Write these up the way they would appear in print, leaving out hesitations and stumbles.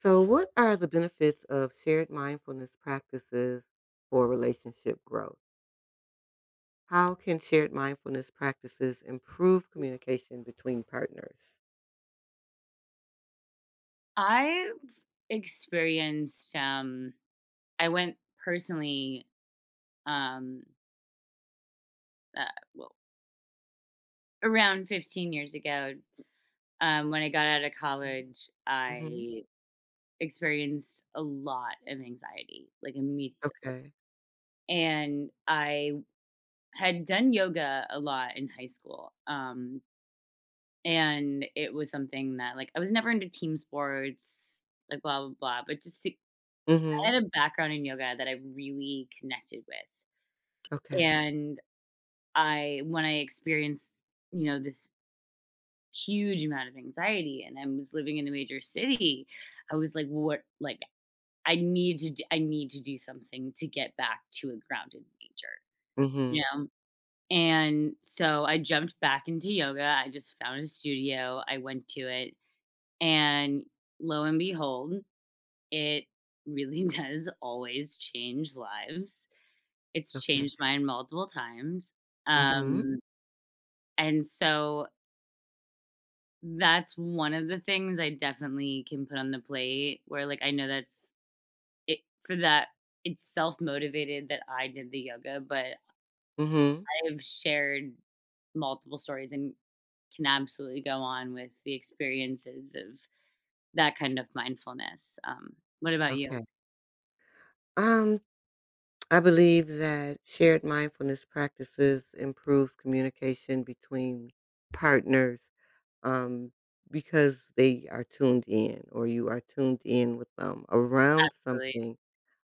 So, what are the benefits of shared mindfulness practices for relationship growth? How can shared mindfulness practices improve communication between partners? I've experienced, um I went personally, um, uh, well, around 15 years ago, when I got out of Mm-hmm. college, Mm-hmm. I experienced a lot of anxiety, like, immediately. Okay. And I had done yoga a lot in high school. And it was something that, like, I was never into team sports, like, blah blah blah. I Mm-hmm. had a background in yoga that I really connected with, Okay. and I when I experienced, this huge amount of anxiety, and I was living in a major city, I was like, what, like. I need to do something to get back to a grounded nature. Mm-hmm. And so I jumped back into yoga. I just found a studio. I went to it. And lo and behold, it really does always change lives. It's Okay. changed mine multiple times. Mhm, Um, and so that's one of the things I definitely can put on the plate where, like, I know that's it for that. It's self motivated that I did the yoga, but mhm. I've shared multiple stories and can absolutely go on with the experiences of that kind of mindfulness. What about Okay. you? Um, I believe that shared mindfulness practices improves communication between partners, um, because they are tuned in or you are tuned in with them around Absolutely. something,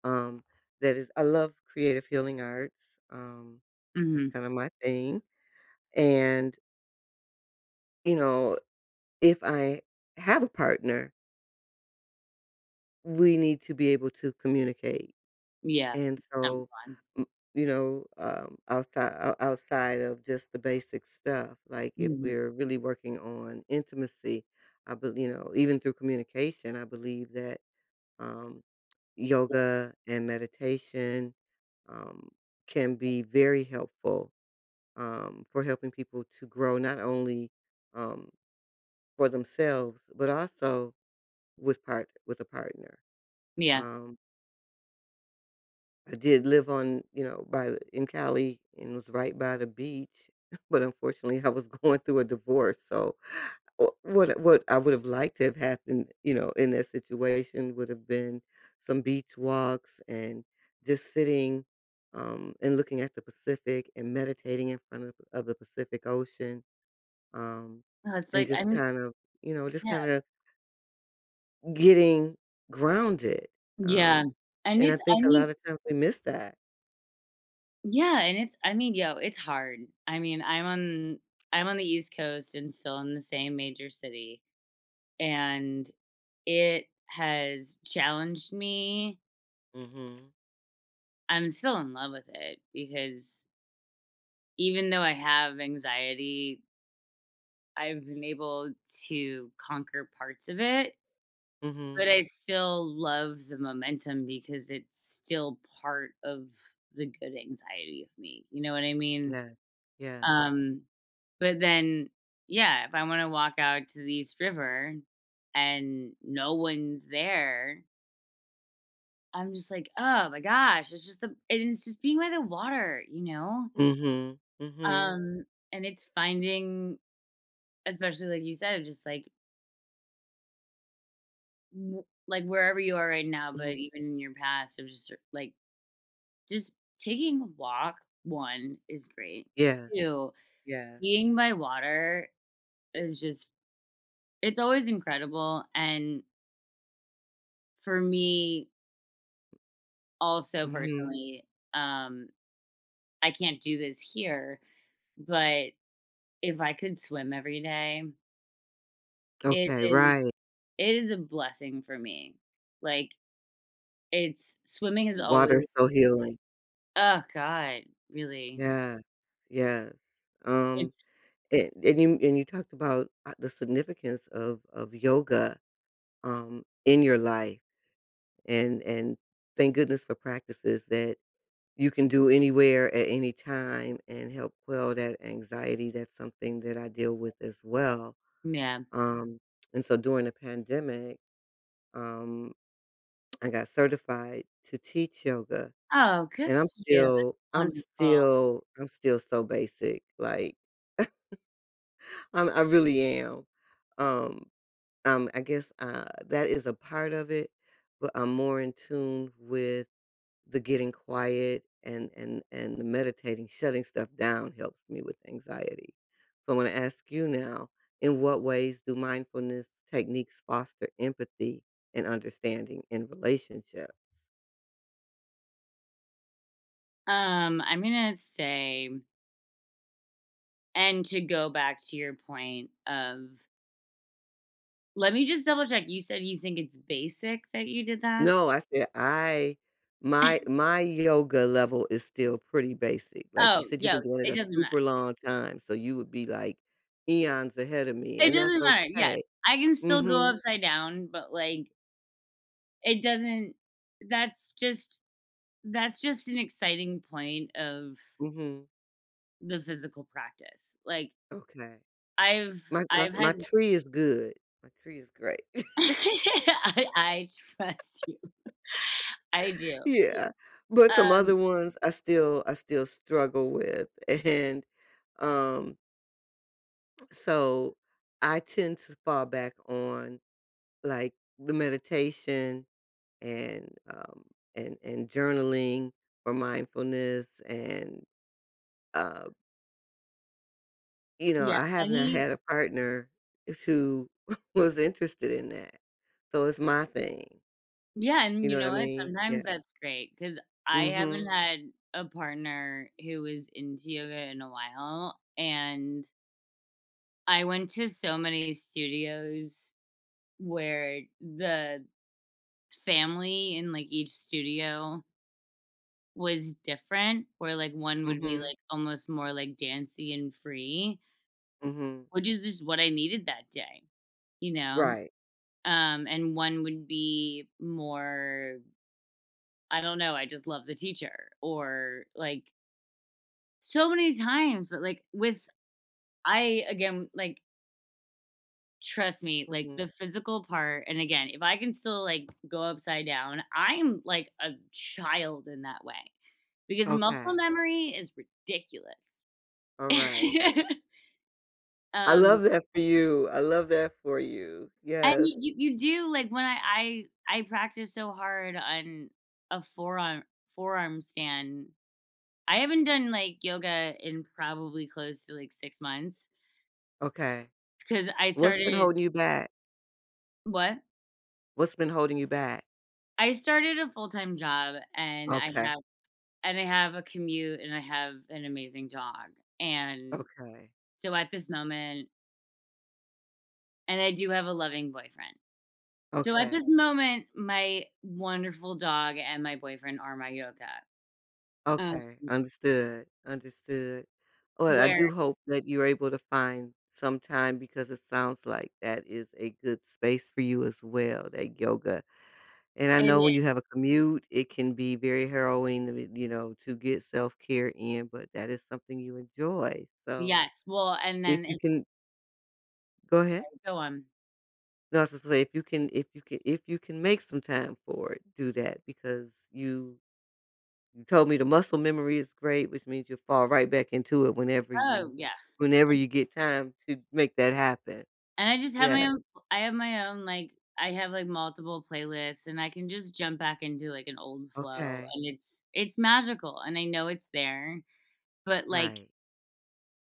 um, that is I love creative healing arts, that's Mhm. kinda my thing, and, you know, if I have a partner, we need to be able to communicate. Yeah, And it's so so, fun. m you know, outside outside of just the basic stuff, like, if Mhm. we're really working on intimacy, I believe, you know, even through communication, I believe that, um, yoga and meditation, um, can be very helpful, for helping people to grow not only, um, for themselves, but also with part with a partner, Yeah. um I did live on, you know, by the in Cali and was right by the beach, but unfortunately, I was going through a divorce, so wh what I would have liked to have happened, you know, in that situation would have been some beach walks and just sitting, and looking at the Pacific and meditating in front of the Pacific Ocean, um, Oh, it's and like just I'm kind of, you know, just yeah. kinda getting grounded, Yeah. um, And and I it's, think I a lot mean, of times we miss that. yeah, and it's, I mean, yo, it's hard. I mean, I'm on the East Coast and still in the same major city, and it has challenged me. Mhm. I'm still in love with it because, even though I have anxiety, I've been able to conquer parts of it, Mhm. but I still love the momentum because it's still part of the good anxiety of me. You know what I mean? Yes. Yes. Um, but then, yeah, if I want to walk out to the East River and no one's there, I'm just like, oh my gosh, it's just the and it's just being by the water, you know? Mhm. Mhm. Um, and it's finding, especially like you said, just like, W like, wherever you are right now, but Mhm. even in your past, it was just, like, just taking a walk, one, is great. Yes. two, Yes. being by water is just it's always incredible, and for me, also Mhm. personally, um, I can't do this here, but if I could swim every day, it Okay, is right. it is a blessing for me. Like, it's swimming is always. Water so healing. Oh god, really. Yes. Yes. Um, It's and you talked about, the significance of yoga, in your life, and thank goodness for practices that you can do anywhere at any time and help quell that anxiety. That's something that I deal with as well. Yeah. Um, and so during the pandemic. Um, I got certified to teach yoga, Oh, good and for I'm you. still That's I'm wonderful. still I'm still so basic, like, I really am. Um, I guess, that is a part of it, but I'm more in tune with the getting quiet and and the meditating, shutting stuff down helps me with anxiety. So, I wanna ask you now, in what ways do mindfulness techniques foster empathy and understanding in relationships? I'm gonna say, and to go back to your point of, let me just double check. You said you think it's basic that you did that? No, I said I my my yoga level is still pretty basic. Like you Oh, said, you've yo, been doing it it a doesn't matter. super long time, so you would be like eons ahead of me, It and that's doesn't matter. okay. Yes. I can still go Mhm. upside down, but, like, it doesn't that's just that's just an exciting point of Mhm. the physical practice. Like, Okay. I've My my I've my had. tree is good. My tree is great. I trust you. I do. Yeah. But some other Um ones I still struggle with. And um so I tend to fall back on like the meditation and um, and journaling or mindfulness and uh, you know Yeah, I have not any had a partner who was interested in that, so it's my thing. yeah, You and know you what I know what? mean? Yeah. Sometimes that's great because I haven't Mhm. had a partner who was into yoga in a while, and I went to so many studios where the family in, like, each studio was different, where, like, one would be, Mhm. like, almost more, like, dancey and free, Mhm. which is just what I needed that day, you know? Right. And one would be more, I don't know, I just love the teacher, or, like, so many times, but, like, with I again, like, trust me, like, Mhm. the physical part. And again, if I can still, like, go upside down, I'm like a child in that way because muscle Okay. memory is ridiculous. All right. I Um, love that for you. I love that for you. and Yes. you do like when I practice so hard on a forearm stand. I haven't done, like, yoga in probably close to, like, 6 months. Okay. 'Cause I What's been started. holding you back? What? What's been holding you back? I started a full-time job, and I Okay. have and I have a commute, and I have an amazing dog, and Okay. so at this moment, and I do have a loving boyfriend. So at Okay. this moment, my wonderful dog and my boyfriend are my yoga. um, Okay, understood, understood. Well, I do where hope that you're able to find some time because it sounds like that is a good space for you as well, that yoga. And I it know is, when you have a commute, it can be very harrowing, to you know, to get self-care in, but that is something you enjoy. So yes, well, and if then you it's, can go ahead. sorry, go on. No, I was gonna say if you can if you can if you can make some time for it, do that because you told me the muscle memory is great, which means you'll fall right back into it Oh, yeah. whenever you get time to make that happen. And I just have my Yes, own, I have my own, like, I have, like, multiple playlists, and I can just jump back into, like, an old flow, okay, and it's magical, and I know it's there, but, like, right.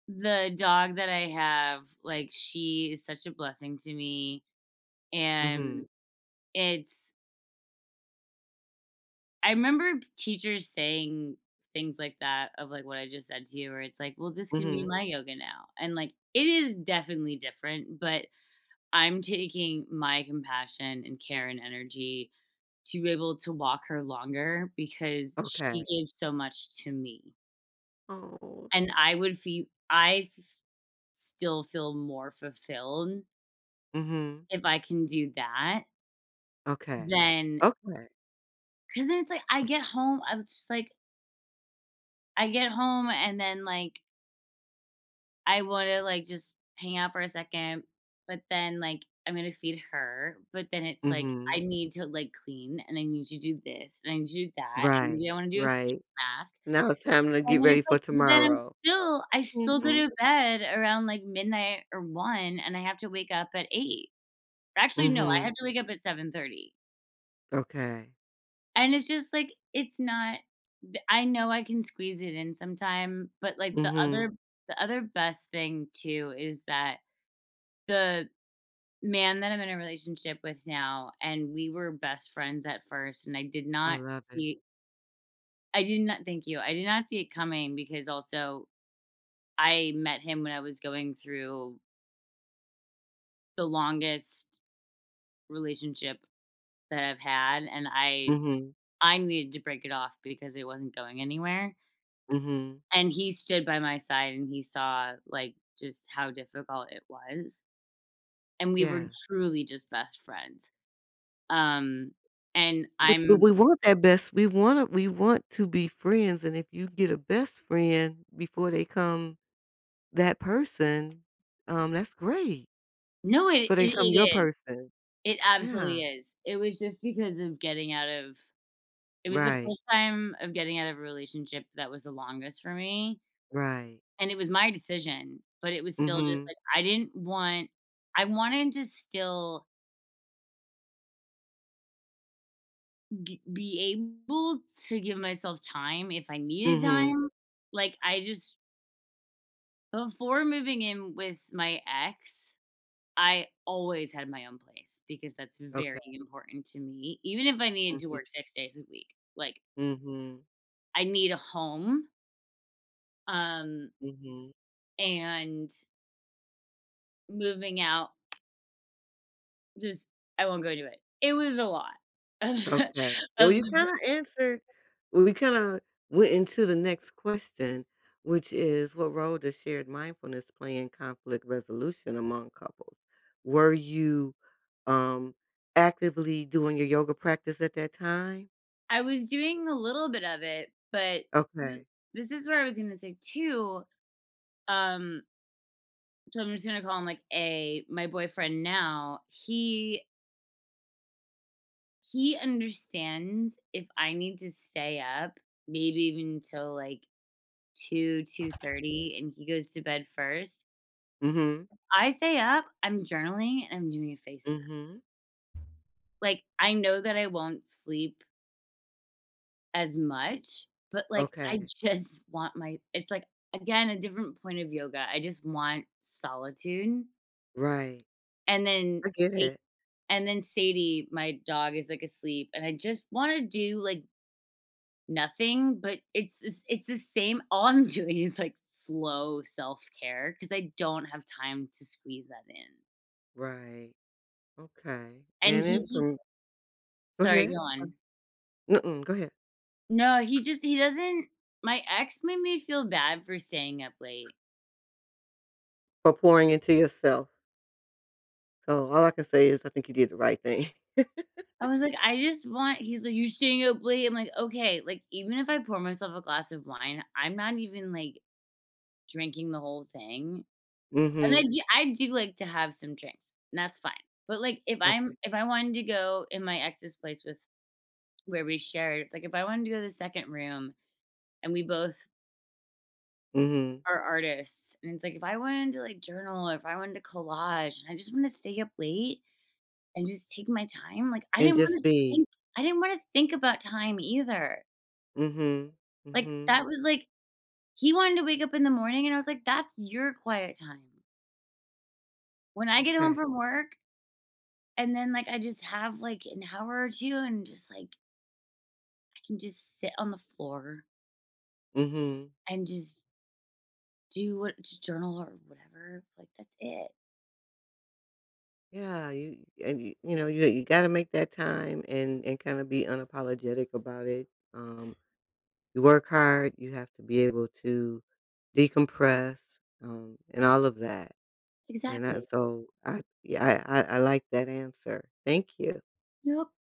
the dog that I have, like, she is such a blessing to me, and Mhm, it's I remember teachers saying things like that of, like, what I just said to you, where it's like, "Well, this can be mhm, my yoga now," and, like, it is definitely different, but I'm taking my compassion and care and energy to be able to walk her longer because she okay. gave so much to me, Oh. and I would feel I f still feel more fulfilled Mhm, if I can do that okay. than, Okay. because then it's like I get home and then, like, I wanna, like, just hang out for a second, but then, like, I'm gonna feed her, but then it's like, I Mhm. need to, like, clean, and I need to do this, and I need to do that, and Right, maybe I wanna do a face right. mask. Now it's time to get And then ready it's for like, but then I'm tomorrow. still I still go Mhm, to bed around, like, midnight or 1, and I have to wake up at 8. Actually, no, I mhm, have to wake up at 7:30. okay. And it's just, like, it's not th I know I can squeeze it in sometime, but, like, the Mhm, other the other best thing too is that the man that I'm in a relationship with now, and we were best friends at first, and I did I not love it. see I did not thank you. I did not see it coming because also I met him when I was going through the longest relationship that I've had, and I Mhm, I needed to break it off because it wasn't going anywhere. mhm, And he stood by my side and he saw, like, just how difficult it was. And we were yeah. truly just best friends. Um and But we I'm want that best we want to be friends, and if you get a best friend before they come that person, that's great. No, Before they become it your is. person. It absolutely Yeah. is. It was the Right. first time of getting out of a relationship that was the longest for me. Right. And it was my decision, but it was still just Mhm. like I didn't want I wanted to still g be able to give myself time if I needed Mhm. time. Like, I just, before moving in with my ex, I always had my own place because that's Okay. very important to me, even if I needed to Mhm. work 6 days a week. Like, Mhm. I need a home, um, Mhm. and moving out just, I won't go do it. It was a lot of Okay. Yeah, well, of you the kinda answered well, you kinda went into the next question, which is, what role does shared mindfulness play in conflict resolution among couples? Were you, um, actively doing your yoga practice at that time? I was doing a little bit of it, but this Okay. this is where I was gonna say too, um, so I'm just gonna call him, like, A, my boyfriend now, he understands if I need to stay up, maybe even until, like, 2, 2:30, and he goes to bed first. Mhm. I stay up, I'm journaling, and I'm doing a face mask. Mhm. Like, I know that I won't sleep as much, but, like, I Okay. just want my, it's, like, again, a different point of yoga. I just want solitude, Right. and then I Sa get it. and then Sadie, my dog, is, like, asleep, and I just wanna do, like, nothing, but it's the same. All I'm doing is, like, slow self-care care because I don't have time to squeeze that in. Right. Okay. And And then he just, from go sorry, go ahead. on. Mm-mm, go ahead. No, he just he doesn't my ex made me feel bad for staying up late. For pouring into yourself. So all I can say is I think you did the right thing. I was like, "I just want," he's like, "You're staying up late." I'm like, "Okay." Like, even if I pour myself a glass of wine, I'm not even, like, drinking the whole thing, and I Mhm. do I do like to have some drinks, and that's fine, but, like, if I wanted to go in my ex's place with, where we shared, it's like, if I wanted to go to the second room, and we both Mhm. are artists, and it's like, if I wanted to, like, journal, or if I wanted to collage, and I just wanna stay up late and just take my time, like, And just be. think I didn't wanna think about time either. Mhm. Like, Mhm. that was, like, he wanted to wake up in the morning, and I was like, "That's your quiet time." When I get home Okay. from work and then, like, I just have, like, an hour or 2, and just, like, I can just sit on the floor Mhm. and just do what j journal or whatever, like, that's it. Yeah, you and you know, you gotta make that time and kinda be unapologetic about it. Um, you work hard, you have to be able to decompress, and all of that. And I Exactly. so I yeah, I like that answer. Thank you. Yep.